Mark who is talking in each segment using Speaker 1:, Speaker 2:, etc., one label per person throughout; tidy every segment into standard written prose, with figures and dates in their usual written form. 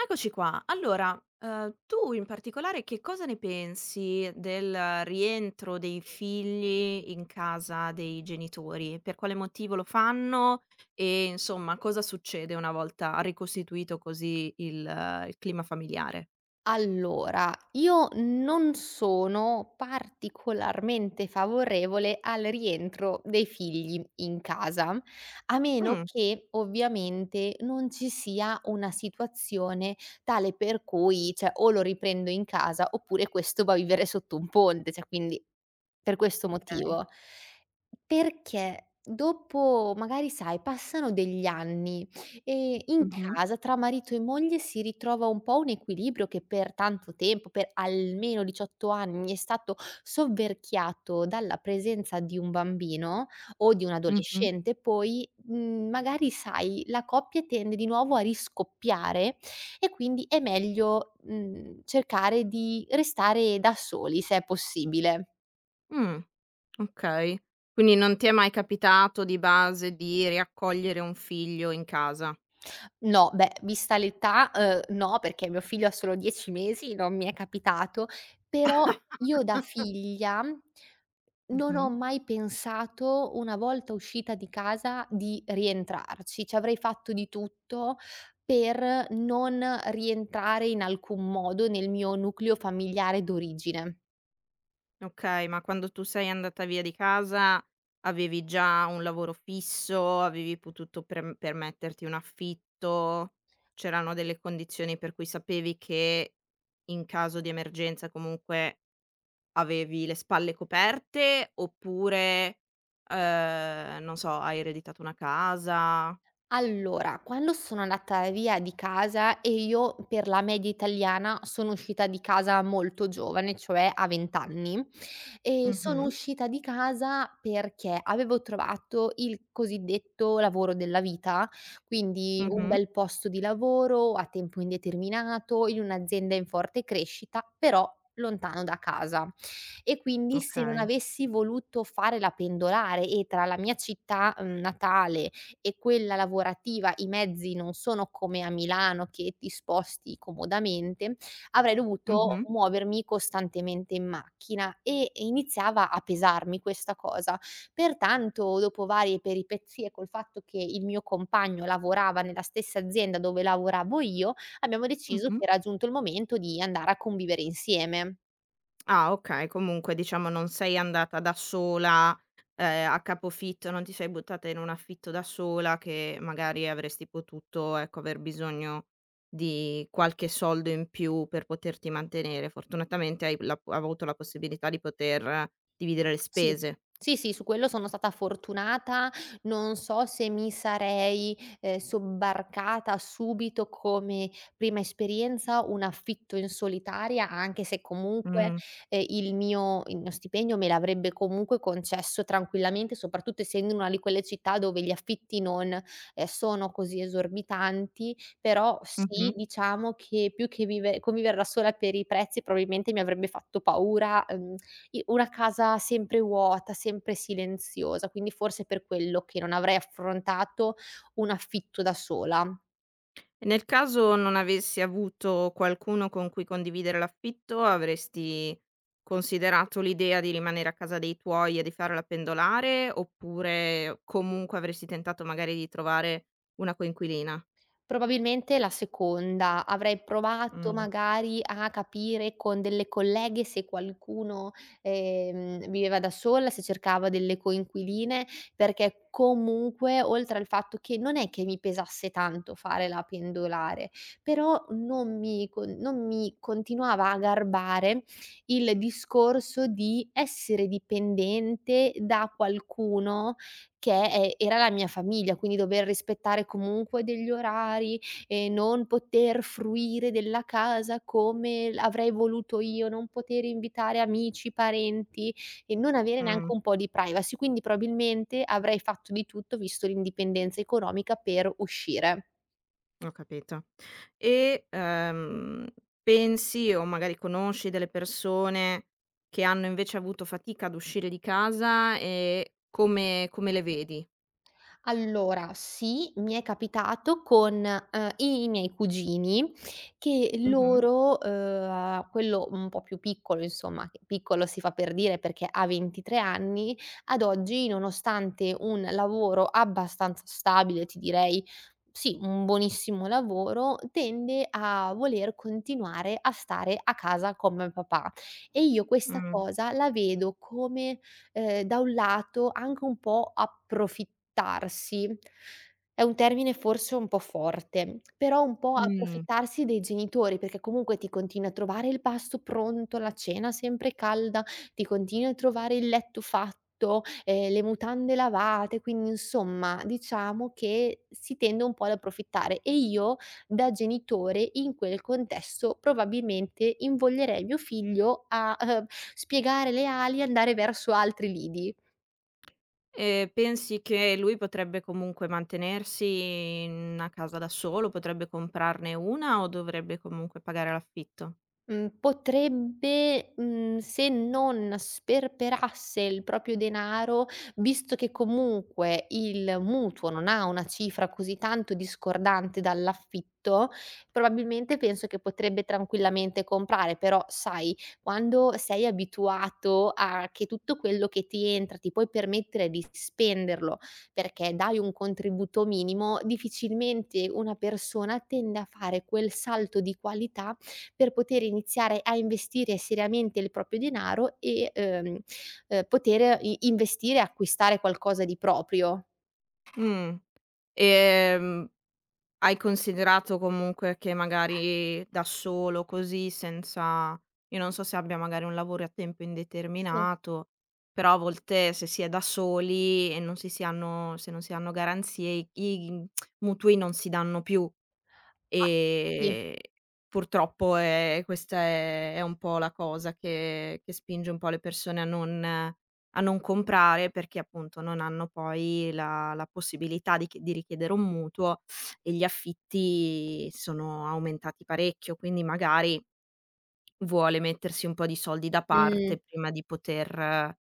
Speaker 1: Eccoci qua. Allora, tu in particolare che cosa ne pensi del rientro dei figli in casa dei genitori? Per quale motivo lo fanno e insomma cosa succede una volta ricostituito così il clima familiare?
Speaker 2: Allora, io non sono particolarmente favorevole al rientro dei figli in casa, a meno
Speaker 1: Mh,
Speaker 2: che ovviamente non ci sia una situazione tale per cui, cioè, o lo riprendo in casa oppure questo va a vivere sotto un ponte, cioè quindi per questo
Speaker 1: okay.
Speaker 2: motivo. Perché dopo magari sai, passano degli anni. In
Speaker 1: Mh-mh,
Speaker 2: casa tra marito e moglie si ritrova un po' un equilibrio che per tanto tempo, per almeno 18 anni, è stato sovverchiato dalla presenza di un bambino o di un
Speaker 1: mh-mh.
Speaker 2: adolescente poi, magari sai, la coppia tende di nuovo a riscoppiare e quindi è meglio, cercare di restare da soli se è possibile.
Speaker 1: Mh, okay. Quindi non ti è mai capitato di base di riaccogliere un figlio in casa?
Speaker 2: No, beh, vista l'età, no, perché mio figlio ha solo 10 mesi, non mi è capitato, però io da figlia non ho
Speaker 1: Mh-mh.
Speaker 2: mai pensato, una volta uscita di casa, di rientrarci. Ci avrei fatto di tutto per non rientrare in alcun modo nel mio nucleo familiare d'origine.
Speaker 1: Okay, ma quando tu sei andata via di casa avevi già un lavoro fisso, avevi potuto prem permetterti un affitto, c'erano delle condizioni per cui sapevi che in caso di emergenza comunque avevi le spalle coperte oppure, non so, hai ereditato una casa?
Speaker 2: Allora, quando sono andata via di casa e io per la media italiana sono uscita di casa molto giovane, cioè a 20 anni. E sono
Speaker 1: Mh-mh,
Speaker 2: uscita di casa perché avevo trovato il cosiddetto lavoro della vita, quindi un
Speaker 1: mh-mh,
Speaker 2: bel posto di lavoro a tempo indeterminato, in un'azienda in forte crescita, però lontano da casa. E quindi se non
Speaker 1: okay.
Speaker 2: avessi voluto fare la pendolare e tra la mia città, natale e quella lavorativa i mezzi non sono come a Milano che ti sposti comodamente, avrei dovuto
Speaker 1: Mh-mh,
Speaker 2: muovermi costantemente in macchina e iniziava a pesarmi questa cosa. Pertanto, dopo varie peripezie col fatto che il mio compagno lavorava nella stessa azienda dove lavoravo io, abbiamo deciso che
Speaker 1: mh-mh.
Speaker 2: era giunto il momento di andare a convivere insieme.
Speaker 1: Ah, okay, comunque diciamo non sei andata da sola, a capofitto, non ti sei buttata in un affitto da sola che magari avresti potuto, ecco, aver bisogno di qualche soldo in più per poterti mantenere. Fortunatamente hai la avuto la possibilità di poter dividere le
Speaker 2: Sì.
Speaker 1: spese.
Speaker 2: Sì, sì, su quello sono stata fortunata. Non so se mi sarei, sobbarcata subito come prima esperienza un affitto in solitaria, anche se comunque,
Speaker 1: Mh,
Speaker 2: il mio stipendio me l'avrebbe comunque concesso tranquillamente, soprattutto essendo in una di quelle città dove gli affitti non, sono così esorbitanti. Però sì,
Speaker 1: mh-mh.
Speaker 2: diciamo che più che vive convivere da sola per i prezzi probabilmente mi avrebbe fatto paura, i una casa sempre vuota, sempre silenziosa, quindi forse per quello che non avrei affrontato un affitto da sola.
Speaker 1: E nel caso non avessi avuto qualcuno con cui condividere l'affitto, avresti considerato l'idea di rimanere a casa dei tuoi e di farla pendolare, oppure comunque avresti tentato magari di trovare una coinquilina?
Speaker 2: Probabilmente la seconda. Avrei provato
Speaker 1: Mh,
Speaker 2: magari a capire con delle colleghe se qualcuno, viveva da sola, se cercava delle coinquiline, perché comunque oltre al fatto che non è che mi pesasse tanto fare la pendolare, però non mi continuava a garbare il discorso di essere dipendente da qualcuno che è era la mia famiglia, quindi dover rispettare comunque degli orari e non poter fruire della casa come l avrei voluto io, non poter invitare amici, parenti e non avere
Speaker 1: mh,
Speaker 2: neanche un po' di privacy, quindi probabilmente avrei fatto di tutto, visto l'indipendenza economica, per uscire.
Speaker 1: ho capito. E, pensi o magari conosci delle persone che hanno invece avuto fatica ad uscire di casa e come le vedi?
Speaker 2: Allora, sì, mi è capitato con, i miei cugini che
Speaker 1: Mh-mh,
Speaker 2: loro, quello un po' più piccolo insomma, che piccolo si fa per dire perché ha 23 anni, ad oggi nonostante un lavoro abbastanza stabile, ti direi, sì, un buonissimo lavoro, tende a voler continuare a stare a casa con papà e io questa
Speaker 1: mh,
Speaker 2: cosa la vedo come da un lato anche un po' approfittarsi, è un termine forse un po' forte, però un po'
Speaker 1: mh.
Speaker 2: approfittarsi dei genitori, perché comunque ti continui a trovare il pasto pronto, la cena sempre calda, ti continui a trovare il letto fatto, le mutande lavate, quindi insomma diciamo che si tende un po' ad approfittare e io da genitore in quel contesto probabilmente invoglierei mio figlio a, spiegare le ali e andare verso altri lidi.
Speaker 1: Pensi che lui potrebbe comunque mantenersi in una casa da solo, potrebbe comprarne una o dovrebbe comunque pagare l'affitto?
Speaker 2: Mhmm, Potrebbe, se non sperperasse il proprio denaro, visto che comunque il mutuo non ha una cifra così tanto discordante dall'affitto, probabilmente penso che potrebbe tranquillamente comprare, però sai, quando sei abituato a che tutto quello che ti entra ti puoi permettere di spenderlo, perché dai un contributo minimo, difficilmente una persona tende a fare quel salto di qualità per poter iniziare a investire seriamente il proprio denaro e, poter i investire e acquistare qualcosa di proprio.
Speaker 1: Mh. Ehm, hai considerato comunque che magari da solo così senza io non so se abbia magari un lavoro a tempo
Speaker 2: Sì.
Speaker 1: indeterminato, però a volte se si è da soli e non si si hanno se non si hanno garanzie i mutui non si danno più.
Speaker 2: Ah, sì.
Speaker 1: Ehm, purtroppo è questa è un po' la cosa che spinge un po' le persone a non comprare, perché appunto non hanno poi la possibilità di richiedere un mutuo e gli affitti sono aumentati parecchio, quindi magari vuole mettersi un po' di soldi da
Speaker 2: Mh,
Speaker 1: parte prima di poter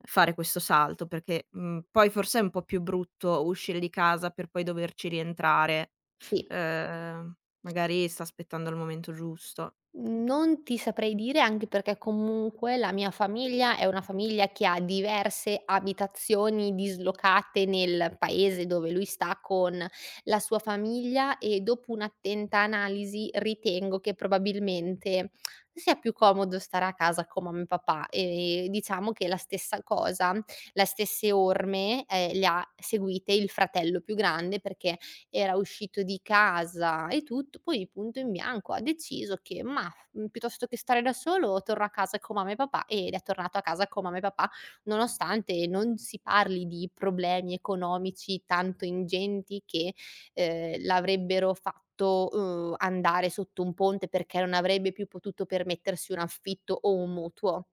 Speaker 1: fare questo salto, perché, poi forse è un po' più brutto uscire di casa per poi doverci rientrare.
Speaker 2: sì.
Speaker 1: Ehm, magari sta aspettando il momento giusto.
Speaker 2: Non ti saprei dire, anche perché comunque la mia famiglia è una famiglia che ha diverse abitazioni dislocate nel paese dove lui sta con la sua famiglia e dopo un'attenta analisi ritengo che probabilmente sia più comodo stare a casa con mamma e papà e diciamo che la stessa cosa, le stesse orme, le ha seguite il fratello più grande perché era uscito di casa e tutto, poi punto in bianco ha deciso che: "Ma piuttosto che stare da solo torno a casa con mamma e papà ed è tornato a casa con mamma e papà, nonostante non si parli di problemi economici tanto ingenti che, l'avrebbero fatto, andare sotto un ponte perché non avrebbe più potuto permettersi un affitto o un mutuo.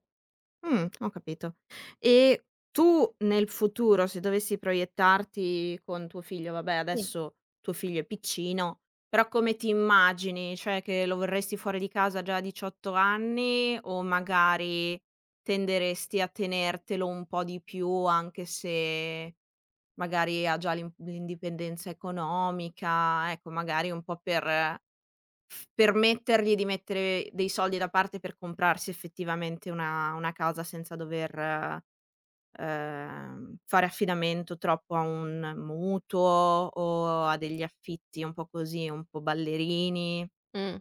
Speaker 1: Ho capito. E tu nel futuro, se dovessi proiettarti con tuo figlio, vabbè,
Speaker 2: Sì.
Speaker 1: adesso tuo figlio è piccino, però come ti immagini? Cioè, che lo vorresti fuori di casa già a 18 anni o magari tenderesti a tenertelo un po' di più anche se magari ha già l'indipendenza economica, ecco, magari un po' per f permettergli di mettere dei soldi da parte per comprarsi effettivamente una casa senza dover, fare affidamento troppo a un mutuo o a degli affitti un po' così, un po' ballerini.
Speaker 2: Mh.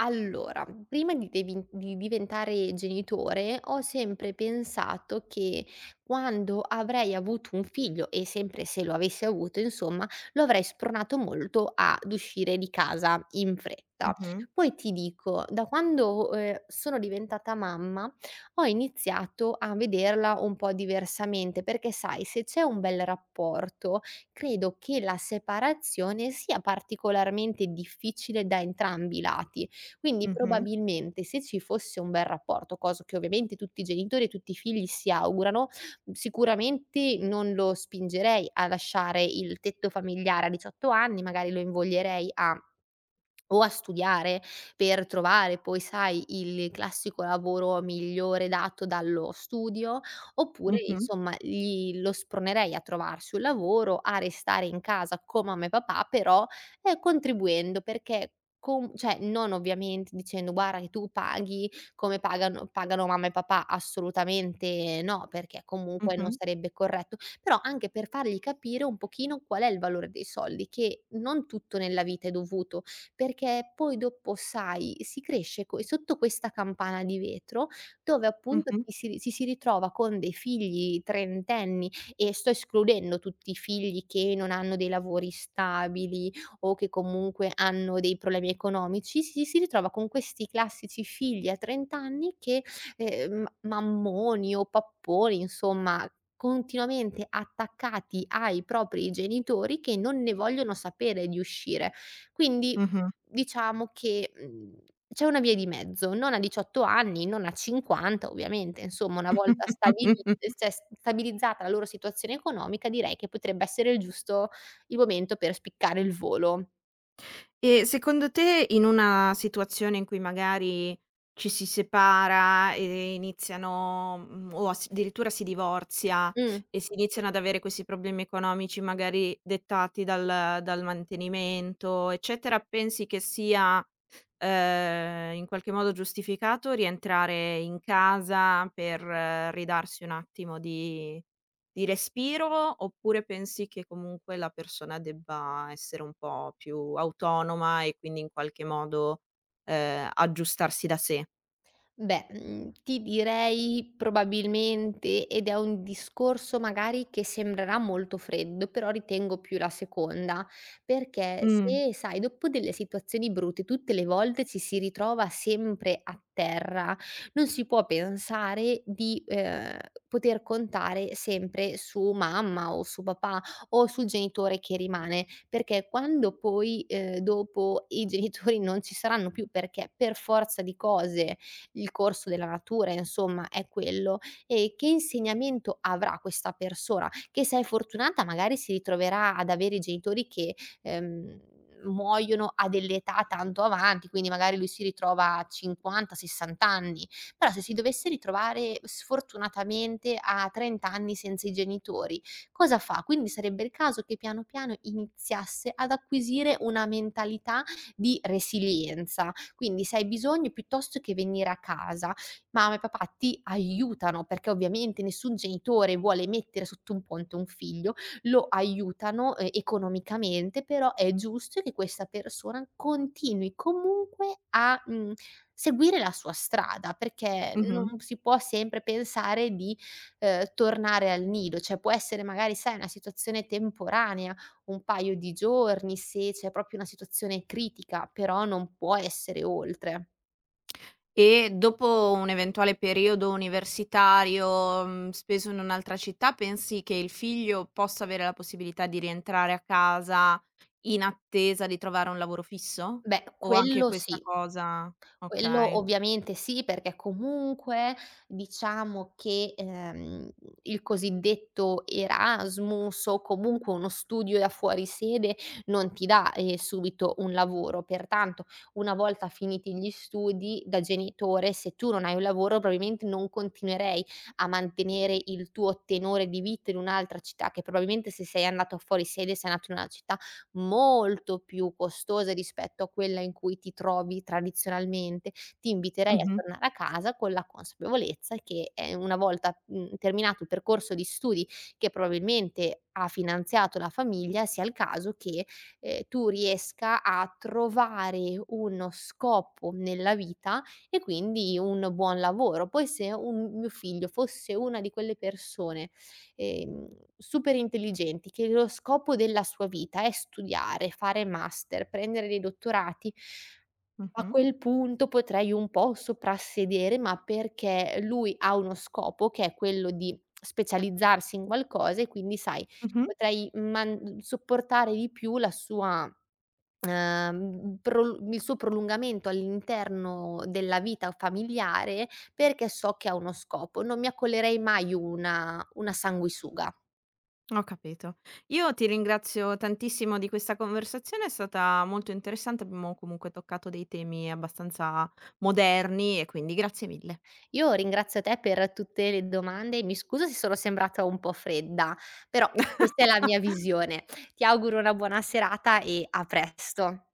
Speaker 2: Allora, prima di devin di diventare genitore, ho sempre pensato che quando avrei avuto un figlio, e sempre se lo avessi avuto insomma, lo avrei spronato molto ad uscire di casa in fretta.
Speaker 1: Mh-mh,
Speaker 2: Poi ti dico, da quando, sono diventata mamma, ho iniziato a vederla un po' diversamente, perché sai se c'è un bel rapporto, credo che la separazione sia particolarmente difficile da entrambi i lati. Quindi
Speaker 1: mh-mh,
Speaker 2: probabilmente se ci fosse un bel rapporto, cosa che ovviamente tutti i genitori e tutti i figli si augurano, sicuramente non lo spingerei a lasciare il tetto familiare a 18 anni, magari lo invoglierei a o a studiare per trovare poi, sai, il classico lavoro migliore dato dallo studio, oppure
Speaker 1: mh-mh,
Speaker 2: insomma gli lo spronerei a trovarsi un lavoro, a restare in casa con mamma e papà, però, contribuendo perché Com cioè non ovviamente dicendo: "Guarda che tu paghi come pagano mamma e papà", assolutamente no, perché comunque non
Speaker 1: mh-mh,
Speaker 2: sarebbe corretto, però anche per fargli capire un pochino qual è il valore dei soldi, che non tutto nella vita è dovuto, perché poi dopo sai, si cresce co sotto questa campana di vetro dove appunto
Speaker 1: mh-mh,
Speaker 2: ci si ritrova con dei figli trentenni e sto escludendo tutti i figli che non hanno dei lavori stabili, o che comunque hanno dei problemi economici, si ritrova con questi classici figli a 30 anni che, mammoni o papponi, insomma, continuamente attaccati ai propri genitori che non ne vogliono sapere di uscire. Quindi
Speaker 1: mh-mh.
Speaker 2: diciamo che, c'è una via di mezzo, non a 18 anni, non a 50 ovviamente, insomma una volta stabili cioè stabilizzata la loro situazione economica direi che potrebbe essere il momento per spiccare il volo.
Speaker 1: E secondo te, in una situazione in cui magari ci si separa e iniziano, o as addirittura si divorzia
Speaker 2: Mh.
Speaker 1: e si iniziano ad avere questi problemi economici magari dettati dal mantenimento, eccetera, pensi che sia, in qualche modo giustificato rientrare in casa per ridarsi un attimo di respiro, oppure pensi che comunque la persona debba essere un po' più autonoma e quindi, in qualche modo, aggiustarsi da sé?
Speaker 2: Beh, ti direi probabilmente ed è un discorso magari che sembrerà molto freddo, però ritengo più la seconda, perché
Speaker 1: Mh.
Speaker 2: se sai, dopo delle situazioni brutte tutte le volte ci si ritrova sempre a terra, non si può pensare di, poter contare sempre su mamma o su papà o sul genitore che rimane, perché quando poi, dopo i genitori non ci saranno più, perché per forza di cose il corso della natura insomma è quello, e che insegnamento avrà questa persona, che se è fortunata magari si ritroverà ad avere i genitori che, ehm, muoiono a delle età tanto avanti, quindi magari lui si ritrova a 50, 60 anni, però se si dovesse ritrovare sfortunatamente a 30 anni senza i genitori, cosa fa? Quindi sarebbe il caso che piano piano iniziasse ad acquisire una mentalità di resilienza. Quindi se hai bisogno piuttosto che venire a casa, mamma e papà ti aiutano, perché ovviamente nessun genitore vuole mettere sotto un ponte un figlio, lo aiutano, economicamente, però è giusto che questa persona continui comunque a, seguire la sua strada, perché
Speaker 1: Mh-mh.
Speaker 2: non si può sempre pensare di, tornare al nido, cioè può essere magari, sai, una situazione temporanea, un paio di giorni, se c'è proprio una situazione critica, però non può essere oltre.
Speaker 1: E dopo un eventuale periodo universitario, speso in un'altra città, pensi che il figlio possa avere la possibilità di rientrare a casa in attesa di trovare un lavoro fisso?
Speaker 2: Beh,
Speaker 1: O anche
Speaker 2: quello
Speaker 1: questa
Speaker 2: sì.
Speaker 1: cosa,
Speaker 2: Quello
Speaker 1: okay.
Speaker 2: ovviamente sì, perché comunque diciamo che, il cosiddetto Erasmus o comunque uno studio da fuori sede non ti dà, subito un lavoro, pertanto una volta finiti gli studi da genitore, se tu non hai un lavoro probabilmente non continuerei a mantenere il tuo tenore di vita in un'altra città, che probabilmente se sei andato fuori sede sei andato in una città molto più costose rispetto a quella in cui ti trovi tradizionalmente, ti inviterei a
Speaker 1: Mh-mh.
Speaker 2: tornare a casa con la consapevolezza che, una volta, terminato il percorso di studi che probabilmente ha finanziato la famiglia, sia il caso che, tu riesca a trovare uno scopo nella vita e quindi un buon lavoro. Poi se un mio figlio fosse una di quelle persone ehm, super intelligenti, che lo scopo della sua vita è studiare, fare master, prendere dei dottorati a
Speaker 1: Mh-mh.
Speaker 2: quel punto potrei un po' soprassedere, ma perché lui ha uno scopo che è quello di specializzarsi in qualcosa e quindi sai,
Speaker 1: Mh-mh.
Speaker 2: potrei man supportare di più la sua prol il suo prolungamento all'interno della vita familiare, perché so che ha uno scopo. Non mi accollerei mai una sanguisuga.
Speaker 1: Ho capito. Io ti ringrazio tantissimo di questa conversazione, è stata molto interessante, abbiamo comunque toccato dei temi abbastanza moderni e quindi grazie mille.
Speaker 2: Io ringrazio te per tutte le domande e mi scuso se sono sembrata un po' fredda, però questa è la mia visione. Ti auguro una buona serata e a presto.